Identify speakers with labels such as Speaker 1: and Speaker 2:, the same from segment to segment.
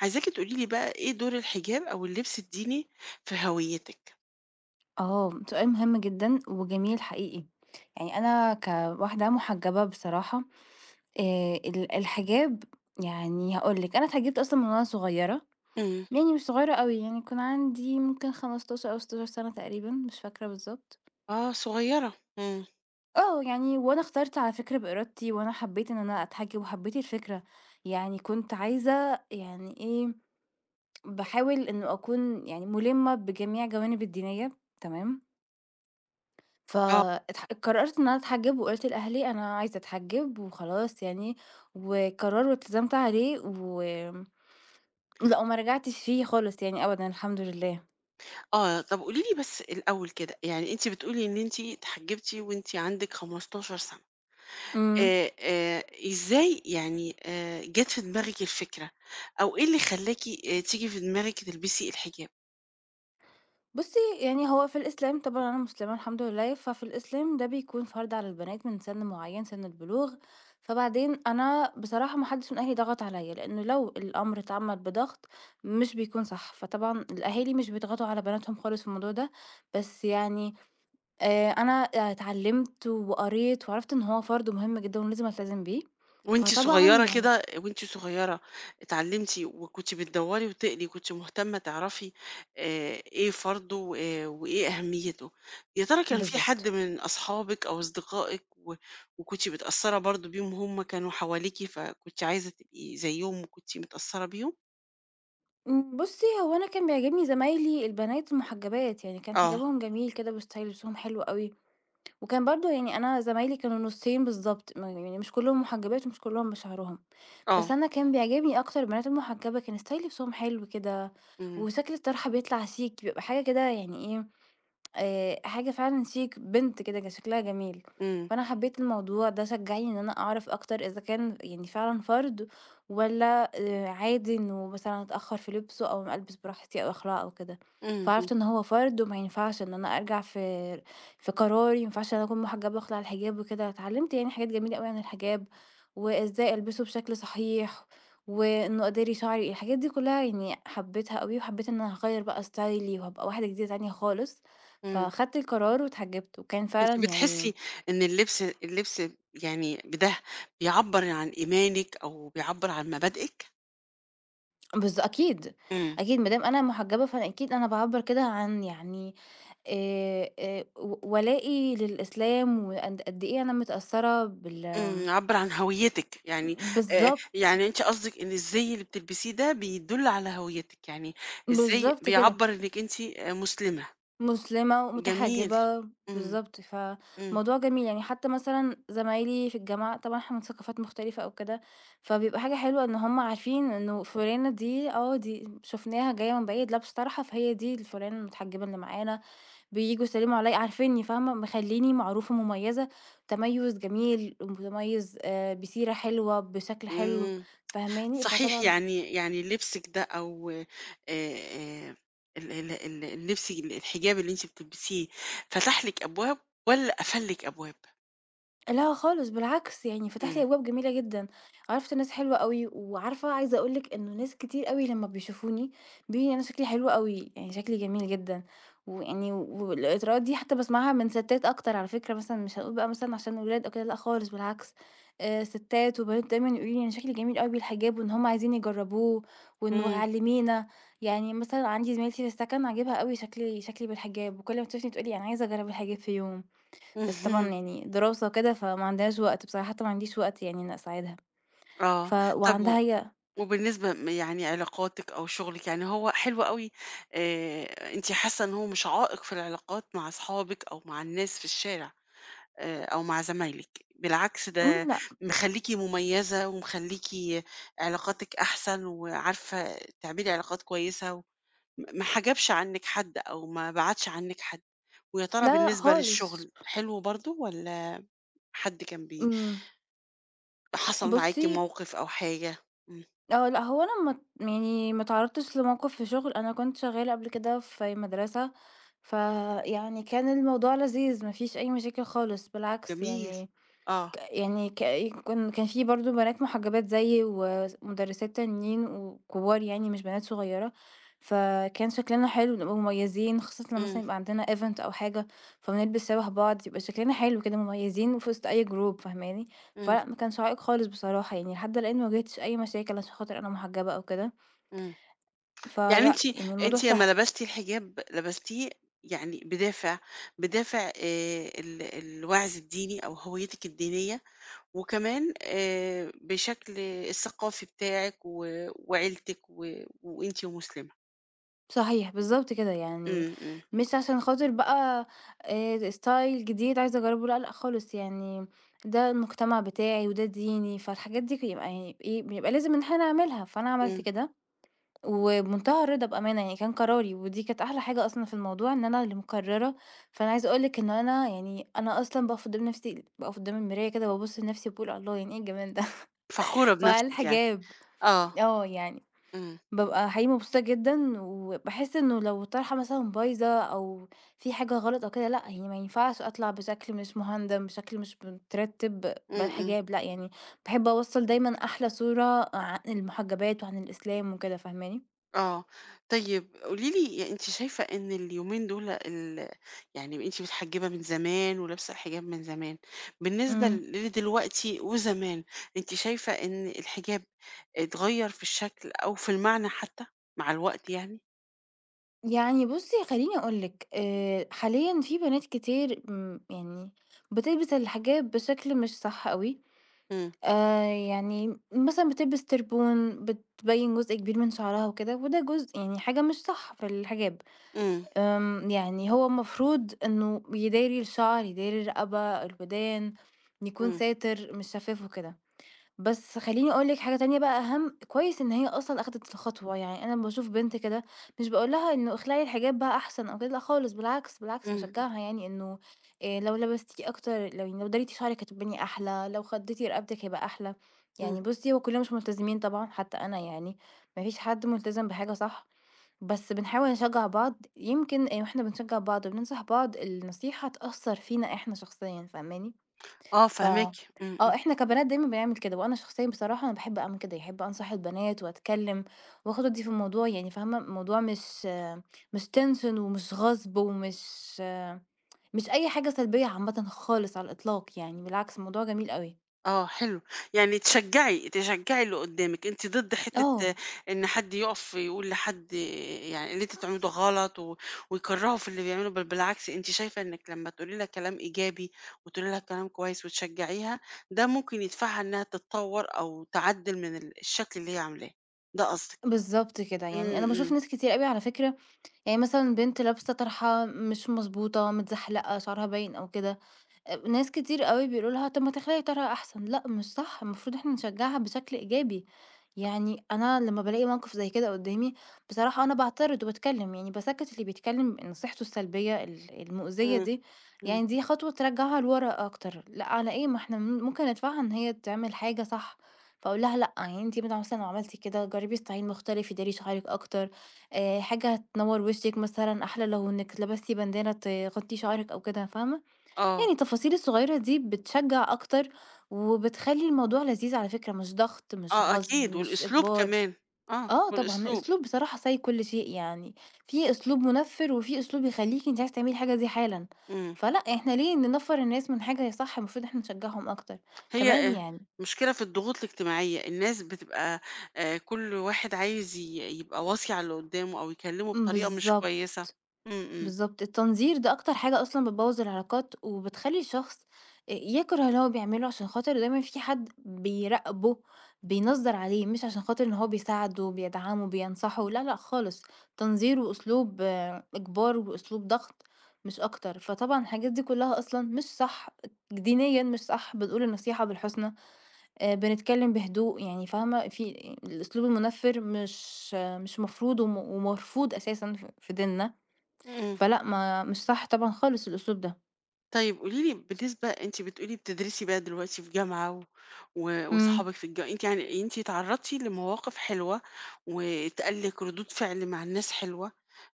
Speaker 1: عايزاكِ تقولي لي بقى إيه دور الحجاب أو اللبس الديني في هويتِك؟
Speaker 2: آه، سؤال مهم جدًا وجميل حقيقي. يعني أنا كواحدة محجبة بصراحة، ال الحجاب يعني هاقول لِك، أنا اتحجبت أصلًا من وأنا صغيرة،
Speaker 1: إمم.
Speaker 2: يعني مش صغيرة أوي، يعني كان عندي ممكن 15 أو 16 سنة تقريبًا، مش فاكرة بالضبط.
Speaker 1: آه صغيرة. إمم.
Speaker 2: آه، يعني وأنا اخترت على فكرة بإرادتي، وأنا حبيت إن أنا أتحجب وحبيت الفكرة. يعني كنت عايزة يعني إيه، باحاول إنه أكون يعني مُلِمة بجميع جوانب الدينية، تمام؟ ف
Speaker 1: آه،
Speaker 2: اتح قررت إن أنا أتحجّب وقُلت لأهلي أنا عايزة أتحجّب وخلاص يعني، وقرار والتزمت عليه لأ وما رجعتش فيه خالص يعني أبدًا الحمد لله.
Speaker 1: آه. طب قولي لي بس الأول كده، يعني أنتِ بتقولي إن أنتِ اتحجبتِ وأنتِ عندِك 15 سَنة.
Speaker 2: إمم.
Speaker 1: إزاي يعني جات في دماغِك الفكرة أو إيه اللي خلّاكِ تيجي في دماغِك تلبسي الحجاب؟
Speaker 2: بُصّي، يعني هو في الإسلام طبعًا أنا مسلمة الحمد لله، ففي الإسلام ده بيكون فرض على البنات من سِن معيّن، سِن البلوغ، فبعدين أنا بصراحة ما حدّش من أهلي ضغط عليّا، لإنه لو الأمر اتعمّل بضغط مش بيكون صح، فطبعًا الأهالي مش بيضغطوا على بناتهم خالص في الموضوع ده، بس يعني أنا اتعلّمت وقريت وعرفت إن هو فرض مهم جدًا ولازم ألتزم بيه، فطبعًا يعني
Speaker 1: وأنتِ صغيرة اتعلمتِ وكنتِ بتدوّري وتقري، كنتِ مهتمة تعرفي إيه فرضه و وإيه أهميته. يا ترى كان في حد
Speaker 2: بالضبط.
Speaker 1: من أصحابِك أو أصدقائِك وكنتِ متأثّرة برضه بيهم، هم كانوا حواليكِ، فكنتِ عايزة تبقي زيّهم وكنتِ متأثّرة بيهم؟
Speaker 2: بُصّي هو أنا كان بيعجبني زمايلي البنات المحجبات، يعني كان
Speaker 1: آه،
Speaker 2: حجابهم جميل كده وستايل لبسهم حلو أوي، وكان برضه يعني أنا زمايلي كانوا نُصّين بالضبط، ما يعني مش كلّهم محجبات ومش كلّهم بشعرهم،
Speaker 1: آه،
Speaker 2: بس أنا كان بيعجبني أكتر البنات المحجبة، كان ستايل لبسهم حلو كده،
Speaker 1: إمم،
Speaker 2: وشكل الطرحة بيطلع شيك، بيبقى حاجة كده يعني إيه حاجة فعلًا شيك، بنت كده كان شكلها جميل،
Speaker 1: إمم،
Speaker 2: فأنا حبيت الموضوع ده شجّعني إن أنا أعرف أكتر إذا كان يعني فعلًا فرد والّا عادي إنه مثلًا أتأخّر في لبسه أو ألبس براحتي أو أخلعه أو كده،
Speaker 1: إمم، إمم،
Speaker 2: فعرفت إن هو فرد وما ينفعش إن أنا أرجع في قراري، ما ينفعش إن أنا أكون محجبة وأخلع الحجاب وكده، اتعلمت يعني حاجات جميلة أوي عن الحجاب، وإزاي ألبسه بشكل صحيح، وإنه أداري شعري، الحاجات دي كلّها يعني حبيتها أوي، وحبيت إن أنا هاغيّر بقى ستايلي وهابقى واحدة جديدة تانية خالص.
Speaker 1: إمم،
Speaker 2: فخدت القرار واتحجبت، وكان فعلًا
Speaker 1: أنتِ
Speaker 2: يعني
Speaker 1: بتحسّي إن اللبس يعني بيعبّر عن إيمانِك أو بيعبّر عن مبادئِك؟
Speaker 2: أكيد،
Speaker 1: إمم.
Speaker 2: أكيد ما دام أنا مُحجبة فأنا أكيد أنا باعبّر كده عن يعني و ولائي للإسلام وقد قد إيه أنا متأثّرة
Speaker 1: إمم، عبّر عن هويتِك، يعني
Speaker 2: بالضبط،
Speaker 1: يعني أنتِ قصدِك إن الزي اللي بتلبسيه ده بيدُل على هويتِك، يعني الزي
Speaker 2: بالضبط كده.
Speaker 1: بيعبّر إنِّك أنتِ مسلمة.
Speaker 2: مسلمة
Speaker 1: جميل.
Speaker 2: ومتحجبة،
Speaker 1: إمم،
Speaker 2: بالضبط،
Speaker 1: إمم،
Speaker 2: فموضوع جميل، يعني حتى مثلًا زمايلي في الجامعة طبعًا إحنا من ثقافات مختلفة أو كده، فبيبقى حاجة حلوة إن هُم عارفين إنه فُلانة دي دي شُفناها جاية من بعيد لابسة طرحة، فهي دي الفُلانة المتحجبة اللي معانا، بييجوا يسلموا عليَّ عارفينّي فاهمة، مخلّيني معروفة مميزة، تميُّز جميل، متميز بسيرة حلوة، بشكل حلو،
Speaker 1: إمم.
Speaker 2: فاهماني؟
Speaker 1: صحيح،
Speaker 2: فطبعًا
Speaker 1: يعني لبسِك ده أو آآ، ال ال ال اللبس ال الحجاب اللي أنتِ بتلبسيه فتح لِك أبواب والّا قفل لِك أبواب؟
Speaker 2: لا خالص بالعكس، يعني فتح لي
Speaker 1: إمم،
Speaker 2: أبواب جميلة جدًا، عرفت ناس حلوة أوي، وعارفة عايزة أقول لِك إنه ناس كتير أوي لمّا بيشوفوني بيقولوا أنا شكلي حلو أوي، يعني شكلي جميل جدًا، ويعني والإطراءات دي حتى باسمعها من ستات أكتر على فكرة، مثلًا مش هنقول بقى مثلًا عشان ولاد أو كده لأ خالص بالعكس، ستات وبنات دايمًا يقولوا لي أنا شكلي جميل أوي بالحجاب، وإن هُم عايزين يجربوه، وإنه
Speaker 1: إمم،
Speaker 2: علمينا، يعني مثلًا عندي زميلتي في السكن عاجبها أوي شكلي بالحجاب، وكل ما تشوفني تقول لي أنا عايزة أجرب الحجاب في يوم. بس
Speaker 1: اهم،
Speaker 2: طبعًا يعني دراسة وكده، فما عندهاش وقت بصراحة، حتى ما عنديش وقت يعني إني أساعدها،
Speaker 1: آه. طب و
Speaker 2: وعندها هي.
Speaker 1: وبالنسبة يعني علاقاتِك أو شغلِك، يعني هو حلو أوي. أنتِ حاسة إن هو مش عائق في العلاقات مع أصحابِك أو مع الناس في الشارع أو مع زمايلِك، بالعكس ده
Speaker 2: امم. لأ.
Speaker 1: مخلّيكِ مميزة ومخلّيكِ علاقاتِك أحسن وعارفة تعملي علاقات كويسة و ما حجبش عنِّك حد أو ما بعدش عنِّك حد. ويا ترى
Speaker 2: لا
Speaker 1: بالنسبة
Speaker 2: خالص.
Speaker 1: للشغل حلو برضه والّا حد كان بي
Speaker 2: امم.
Speaker 1: حصل معاكِ
Speaker 2: بُصّي.
Speaker 1: موقف أو حاجة؟ إمم،
Speaker 2: آه، لأ، هو أنا ما اتعرّضتش لموقف في شغل، أنا كنت شغّالة قبل كده في مدرسة، فيعني كان الموضوع لذيذ، ما فيش أي مشاكل خالص، بالعكس
Speaker 1: جميل.
Speaker 2: يعني
Speaker 1: آه،
Speaker 2: يعني ك كان كان في برضه بنات محجبات زيي ومدرسات تانيين وكبار يعني مش بنات صغيرة، فكان شكلنا حلو نبقى مميزين خاصةً لمّا
Speaker 1: إمم،
Speaker 2: مثلًا يبقى عندنا event أو حاجة، فبنلبس شبه بعض يبقى شكلنا حلو كده مميزين وفي وسط أي group فاهماني؟
Speaker 1: إمم.
Speaker 2: فلأ ما كانش عائق خالص بصراحة يعني لحد الآن ما واجهتش أي مشاكل عشان خاطر أنا محجبة أو كده،
Speaker 1: إمم. يعني أنتِ،
Speaker 2: فلأ يعني الموضوع
Speaker 1: أنتِ
Speaker 2: سهل.
Speaker 1: لمّا لبستِ الحجاب، لبستيه يعني بدافع الوعظ الديني أو هويتِك الدينية، وكمان بشكل الثقافي بتاعِك و وعيلتِك، و وأنتِ ومسلمة.
Speaker 2: صحيح، بالضبط كده، يعني
Speaker 1: إمم، إمم،
Speaker 2: مش عشان خاطر بقى style جديد عايزة أجرّبه لأ، لأ خالص، يعني ده المجتمع بتاعي وده ديني، فالحاجات دي يبقى يعني إيه، بيبقى لازم إن إحنا نعملها، فأنا عملت
Speaker 1: إمم.
Speaker 2: كده وبمنتهى الرضا بأمانة، يعني كان قراري ودي كانت أحلى حاجة أصلًا في الموضوع إن أنا اللي مقرّرة، فأنا عايزة أقول لِك إن أنا يعني أنا أصلًا باقف قدّام نفسي باقف قدّام المراية كده وابُص لنفسي وباقول الله يعني إيه الجمال ده
Speaker 1: فخورة
Speaker 2: وعلى
Speaker 1: بنَفْسِك يعني.
Speaker 2: الحجاب،
Speaker 1: آه.
Speaker 2: آه يعني.
Speaker 1: إمم.
Speaker 2: بابقى حقيقي مبسوطة جدًا، وباحس إنه لو الطرحة مثلًا بايظة أو في حاجة غلط أو كده، لأ، هي ما ينفعش أطلع بشكل مش مهندم، بشكل مش مترتب
Speaker 1: إمم، إمم.
Speaker 2: بالحجاب، لأ، يعني باحب أوصّل دايمًا أحلى صورة عن المحجبات وعن الإسلام وكده، فاهماني؟
Speaker 1: آه، طيب قولي لي، يعني أنتِ شايفة إن اليومين دول يعني أنتِ متحجبة من زمان ولابسة الحجاب من زمان، بالنسبة
Speaker 2: إمم.
Speaker 1: لدلوقتي وزمان، أنتِ شايفة إن الحجاب اتغير في الشكل أو في المعنى حتى مع الوقت يعني؟
Speaker 2: يعني بُصّي خلّيني أقول لِك، حاليًا في بنات كتير يعني بتلبس الحجاب بشكل مش صح أوي،
Speaker 1: إمم،
Speaker 2: يعني مثلًا بتلبس تربون، بتبيّن جزء كبير من شعرها وكده، وده جزء يعني حاجة مش صح في الحجاب،
Speaker 1: إمم،
Speaker 2: يعني هو المفروض إنه يداري الشعر، يداري الرقبة، الودان، يكون
Speaker 1: إمم،
Speaker 2: ساتر، مش شفاف وكده. بس خلّيني أقول لِك حاجة تانية بقى أهم، كويس إن هي أصلًا أخدت الخطوة، يعني أنا لمّا باشوف بنت كده مش باقول لها إنه اخلعي الحجاب بقى أحسن أو كده لأ خالص، بالعكس، بالعكس
Speaker 1: إمم، إمم،
Speaker 2: باشجعها يعني إنه لو لبستيه أكتر، لو يعني لو داريتي شعرِك هتبقي أحلى، لو خدّتي رقبتِك هيبقى أحلى،
Speaker 1: إمم.
Speaker 2: يعني بُصّي هو كلنا مش ملتزمين طبعًا، حتى أنا يعني، ما فيش حد ملتزم بحاجة صح، بس بنحاول نشجع بعض، يمكن وإحنا بنشجع بعض وبننصح بعض النصيحة تأثّر فينا إحنا شخصيًا، فاهماني؟
Speaker 1: آه
Speaker 2: ف
Speaker 1: فاهماكِ، إمم،
Speaker 2: آه،
Speaker 1: إمم.
Speaker 2: إحنا كبنات دايمًا بنعمل كده، وأنا شخصيًا بصراحة أنا باحب أعمل كده، باحب أنصح البنات وأتكلّم وآخُد وأدّي في الموضوع، يعني فاهمة، الموضوع مش tension ومش غصب ومش مش أي حاجة سلبية عامةً خالص على الإطلاق يعني، بالعكس الموضوع جميل أوي.
Speaker 1: آه حلو، يعني تشجّعي اللي قدّامِك، أنتِ ضد حتّة
Speaker 2: آه،
Speaker 1: إن حد يُقف يقول لحد يعني اللي أنتِ بتعملوه ده غلط ويكرّهه في اللي بيعمله، بل بالعكس أنتِ شايفة إنِّك لمّا تقولي لها كلام إيجابي وتقولي لها كلام كويس وتشجّعيها، ده ممكن يدفعها إنها تتطوّر أو تعدّل من الشكل اللي هي عاملاه، ده قصدِك.
Speaker 2: بالضبط كده، يعني
Speaker 1: إمم،
Speaker 2: أنا باشوف
Speaker 1: إمم،
Speaker 2: ناس كتير أوي على فكرة، يعني مثلًا بنت لابسة طرحة مش مضبوطة، متزحلقة، شعرها باين أو كده، ناس كتير أوي بيقولوا لها: "طَب ما تخلقي طريقة أحسن." لأ، مش صح، المفروض إحنا نشجّعها بشكل إيجابي. يعني أنا لمّا بالاقي موقف زي كده قُدّامي، بصراحة أنا باعترض وباتكلّم، يعني باسكّت اللي بيتكلّم نصيحته السلبية المؤذية
Speaker 1: إمم،
Speaker 2: دي،
Speaker 1: إمم،
Speaker 2: يعني دي خطوة ترجّعها لورا أكتر. لأ، على إيه؟ ما إحنا ممكن ندفعها إن هي تعمل حاجة صح، فأقول لها: "لأ، يعني أنتِ بدل مثلًا لو عملتِ كده، جرّبي ستايل مختلف يداري شعرِك أكتر، حاجة تنوّر وشِّك مثلًا، أحلى لو إنِّك لبستِ باندانة تغطّي شعرِك أو كده." فاهمة؟
Speaker 1: آه،
Speaker 2: يعني التفاصيل الصغيرة دي بتشجع أكتر وبتخلي الموضوع لذيذ على فكرة مش ضغط مش
Speaker 1: آه
Speaker 2: غصب
Speaker 1: أكيد،
Speaker 2: مش
Speaker 1: والأسلوب
Speaker 2: إجبار.
Speaker 1: كمان، آه
Speaker 2: اه طبعا
Speaker 1: والأسلوب،
Speaker 2: الأسلوب بصراحة ساي كل شيء يعني في أسلوب منفر وفي أسلوب يخليكي انت عايزة تعملي الحاجة دي حالا.
Speaker 1: إمم.
Speaker 2: فلا احنا ليه ننفر الناس من حاجة هي صح المفروض احنا نشجعهم أكتر
Speaker 1: هي
Speaker 2: كمان يعني.
Speaker 1: مشكلة في الضغوط الاجتماعية، الناس بتبقى كل واحد عايز يبقى واصي على اللي قدّامه أو يكلّمه بطريقة مش
Speaker 2: بالظبط.
Speaker 1: كويسة. إمم، إمم،
Speaker 2: بالضبط، التنظير ده أكتر حاجة أصلًا بتبوّظ العلاقات، وبتخلّي الشخص يكره اللي هو بيعمله، عشان خاطر دايمًا في حد بيراقبه، بينظّر عليه، مش عشان خاطر إن هو بيساعده، بيدعمه، بينصحه، لا، لأ خالص، تنظير وأسلوب إجبار وأسلوب ضغط مش أكتر، فطبعًا الحاجات دي كلّها أصلًا مش صح، دينيًا مش صح، بنقول النصيحة بالحسنى، بنتكلم بهدوء، يعني فاهمة، في الأسلوب المُنفّر مش مش مفروض ومرفوض أساسًا في ديننا.
Speaker 1: إمم.
Speaker 2: فلأ، ما مش صح طبعًا خالص الأسلوب ده.
Speaker 1: طيب قولي لي بالنسبة، أنتِ بتقولي بتدرسي بقى دلوقتي في جامعة و و
Speaker 2: إمم،
Speaker 1: وصحابِك في أنتِ يعني أنتِ اتعرّضتِ لمواقف حلوة واتقال لِك ردود فعل مع الناس حلوة،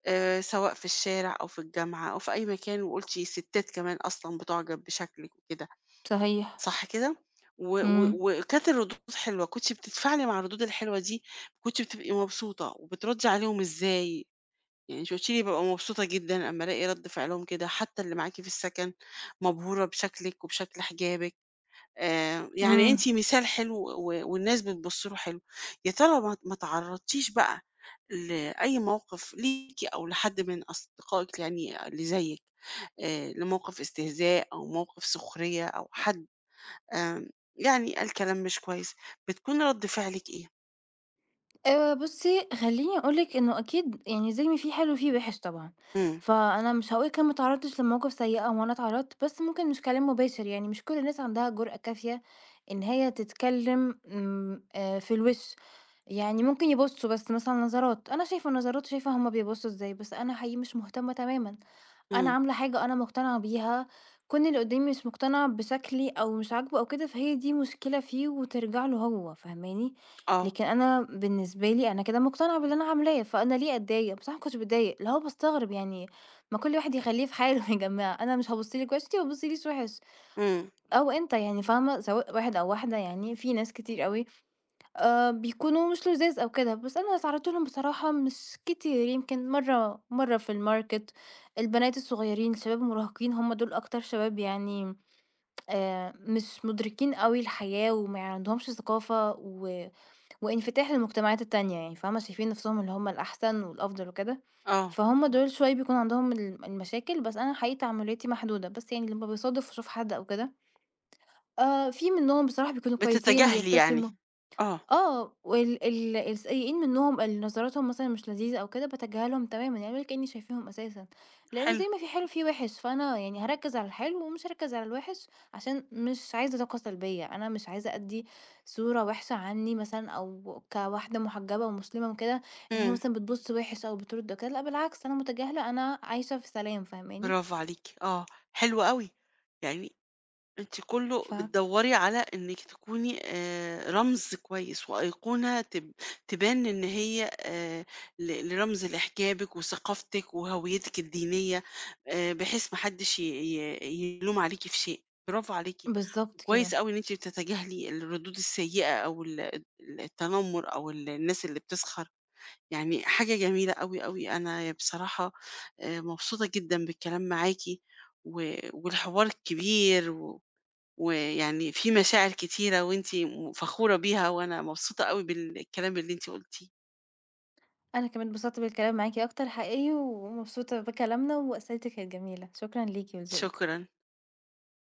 Speaker 1: سواء في الشارع أو في الجامعة أو في أي مكان وقُلتِ ستات كمان أصلًا بتُعجب بشكلِك وكده.
Speaker 2: صحيح،
Speaker 1: صح كده؟ و
Speaker 2: إمم،
Speaker 1: و وكانت الردود حلوة، كنتِ بتتفاعلي مع الردود الحلوة دي، كنتِ بتبقي مبسوطة وبتردّي عليهم إزاي؟ يعني أنتِ قُلتِ لي بابقى مبسوطة جدًا أمّا ألاقي رَد فعلهم كده، حتى اللي معاكِ في السكن مبهورة بشكلِك وبشكل حجابِك، يعني
Speaker 2: إمم.
Speaker 1: أنتِ مثال حلو، و والناس بتبُص له حلو. يا ترى ما تعرّضتيش بقى لأي موقف ليكِ أو لحد من أصدقائِك يعني اللي زيِّك، لموقف استهزاء أو موقف سخرية أو حد آمم، يعني قال كلام مش كويس، بتكون رد فعلِك إيه؟
Speaker 2: بُصّي، خلّيني أقول لِك إنه أكيد يعني زي ما في حلو في وِحِش طبعًا،
Speaker 1: إمم،
Speaker 2: فأنا مش هاقول لِك أنا ما اتعرّضتش لمواقف سيئة وأنا اتعرّضت، بس ممكن مش كلام مباشر، يعني مش كل الناس عندها جرأة كافية إن هي تتكلّم إمم، في الوِش، يعني ممكن يبصوا بس مثلًا نظرات، أنا شايفة النظرات شايفة هُم بيبصوا إزاي، بس أنا حقيقي مش مهتمة تمامًا، أنا
Speaker 1: إمم،
Speaker 2: عاملة حاجة أنا مقتنعة بيها، كون اللي قدّامي مش مقتنع بشكلي أو مش عاجبه أو كده، فهي دي مشكلة فيه وترجع له هو، فاهماني؟
Speaker 1: آه،
Speaker 2: لكن أنا بالنسبة لي أنا كده مقتنعة باللي أنا عاملاه، فأنا ليه أتضايق؟ بصراحة ما كنتش باتضايق، اللي هو باستغرب يعني ما كل واحد يخلّيه في حاله يا جماعة، أنا مش هابُص لِك وِحِش، أنتِ ما تبُصّيليش وِحِش،
Speaker 1: إمم،
Speaker 2: أو أنت يعني فاهمة، سواء واحد أو واحدة يعني، في ناس كتير أوي بيكونوا مش لُذاذ أو كده، بس أنا اتعرّضت لهم بصراحة مش كتير، يمكن مرّة مرّة في الmarket البنات الصغيّرين، الشباب المراهقين هم دول أكتر شباب يعني مش مُدركين أوي الحياة وما عندهمش ثقافة و وانفتاح للمجتمعات التانية يعني فاهمة، شايفين نَفْسهم اللي هم الأحسن والأفضل وكده،
Speaker 1: آه،
Speaker 2: فهُم دول شوية بيكون عندهم المشاكل، بس أنا حقيقي تعاملاتي محدودة، بس يعني لمّا باصادف وأشوف حد أو كده، في منّهم بصراحة بيكونوا كويسين،
Speaker 1: بتتجاهلي يعني،
Speaker 2: بيبتسموا
Speaker 1: آه،
Speaker 2: وال ال السيئين منهم اللي نظراتهم مثلًا مش لذيذة أو كده، باتجاهلهم تمامًا، يعني ولا كإني شايفاهم أساسًا، لإنه
Speaker 1: حلو،
Speaker 2: زي ما في حلو في وِحِش، فأنا يعني هاركّز على الحلو ومش هاركّز على الوِحِش، عشان مش عايزة طاقة سلبية، أنا مش عايزة أدّي صورة وِحشة عنّي مثلًا أو كواحدة محجبة ومسلمة وكده، إن هي
Speaker 1: إمم،
Speaker 2: مثلًا بتبُص وِحِش أو بترُد أو كده، لأ بالعكس أنا متجاهلة، أنا عايشة في سلام، فاهماني؟
Speaker 1: برافو عليكِ، آه، حلو أوي. يعني أنتِ كُلّه
Speaker 2: ف
Speaker 1: بتدوّري على إنِّك تكوني رمز كويس وأيقونة تبان إن هي لرمز لحجابِك وثقافتِك وهويتِك الدينية، بحيث ما حدّش ي ي يلوم عليكِ في شيء، برافو عليكِ،
Speaker 2: بالضبط
Speaker 1: وكويس
Speaker 2: كده.
Speaker 1: أوي إن أنتِ بتتجاهلي الردود السيئة أو ال ال التنمُّر أو الناس اللي بتسخر، يعني حاجة جميلة أوي، أوي، أنا بصراحة مبسوطة جدًا بالكلام معاكِ والحوار الكبير ويعني في مشاعر كتيرة وأنتِ فخورة بيها، وأنا مبسوطة أوي بالكلام اللي أنتِ قُلتيه،
Speaker 2: أنا كمان اتبسطت بالكلام معاكِ أكتر حقيقي، ومبسوطة بكلامنا وأسئلتِك كانت جميلة، شكرًا ليكِ ولذوقِك.
Speaker 1: شكرًا.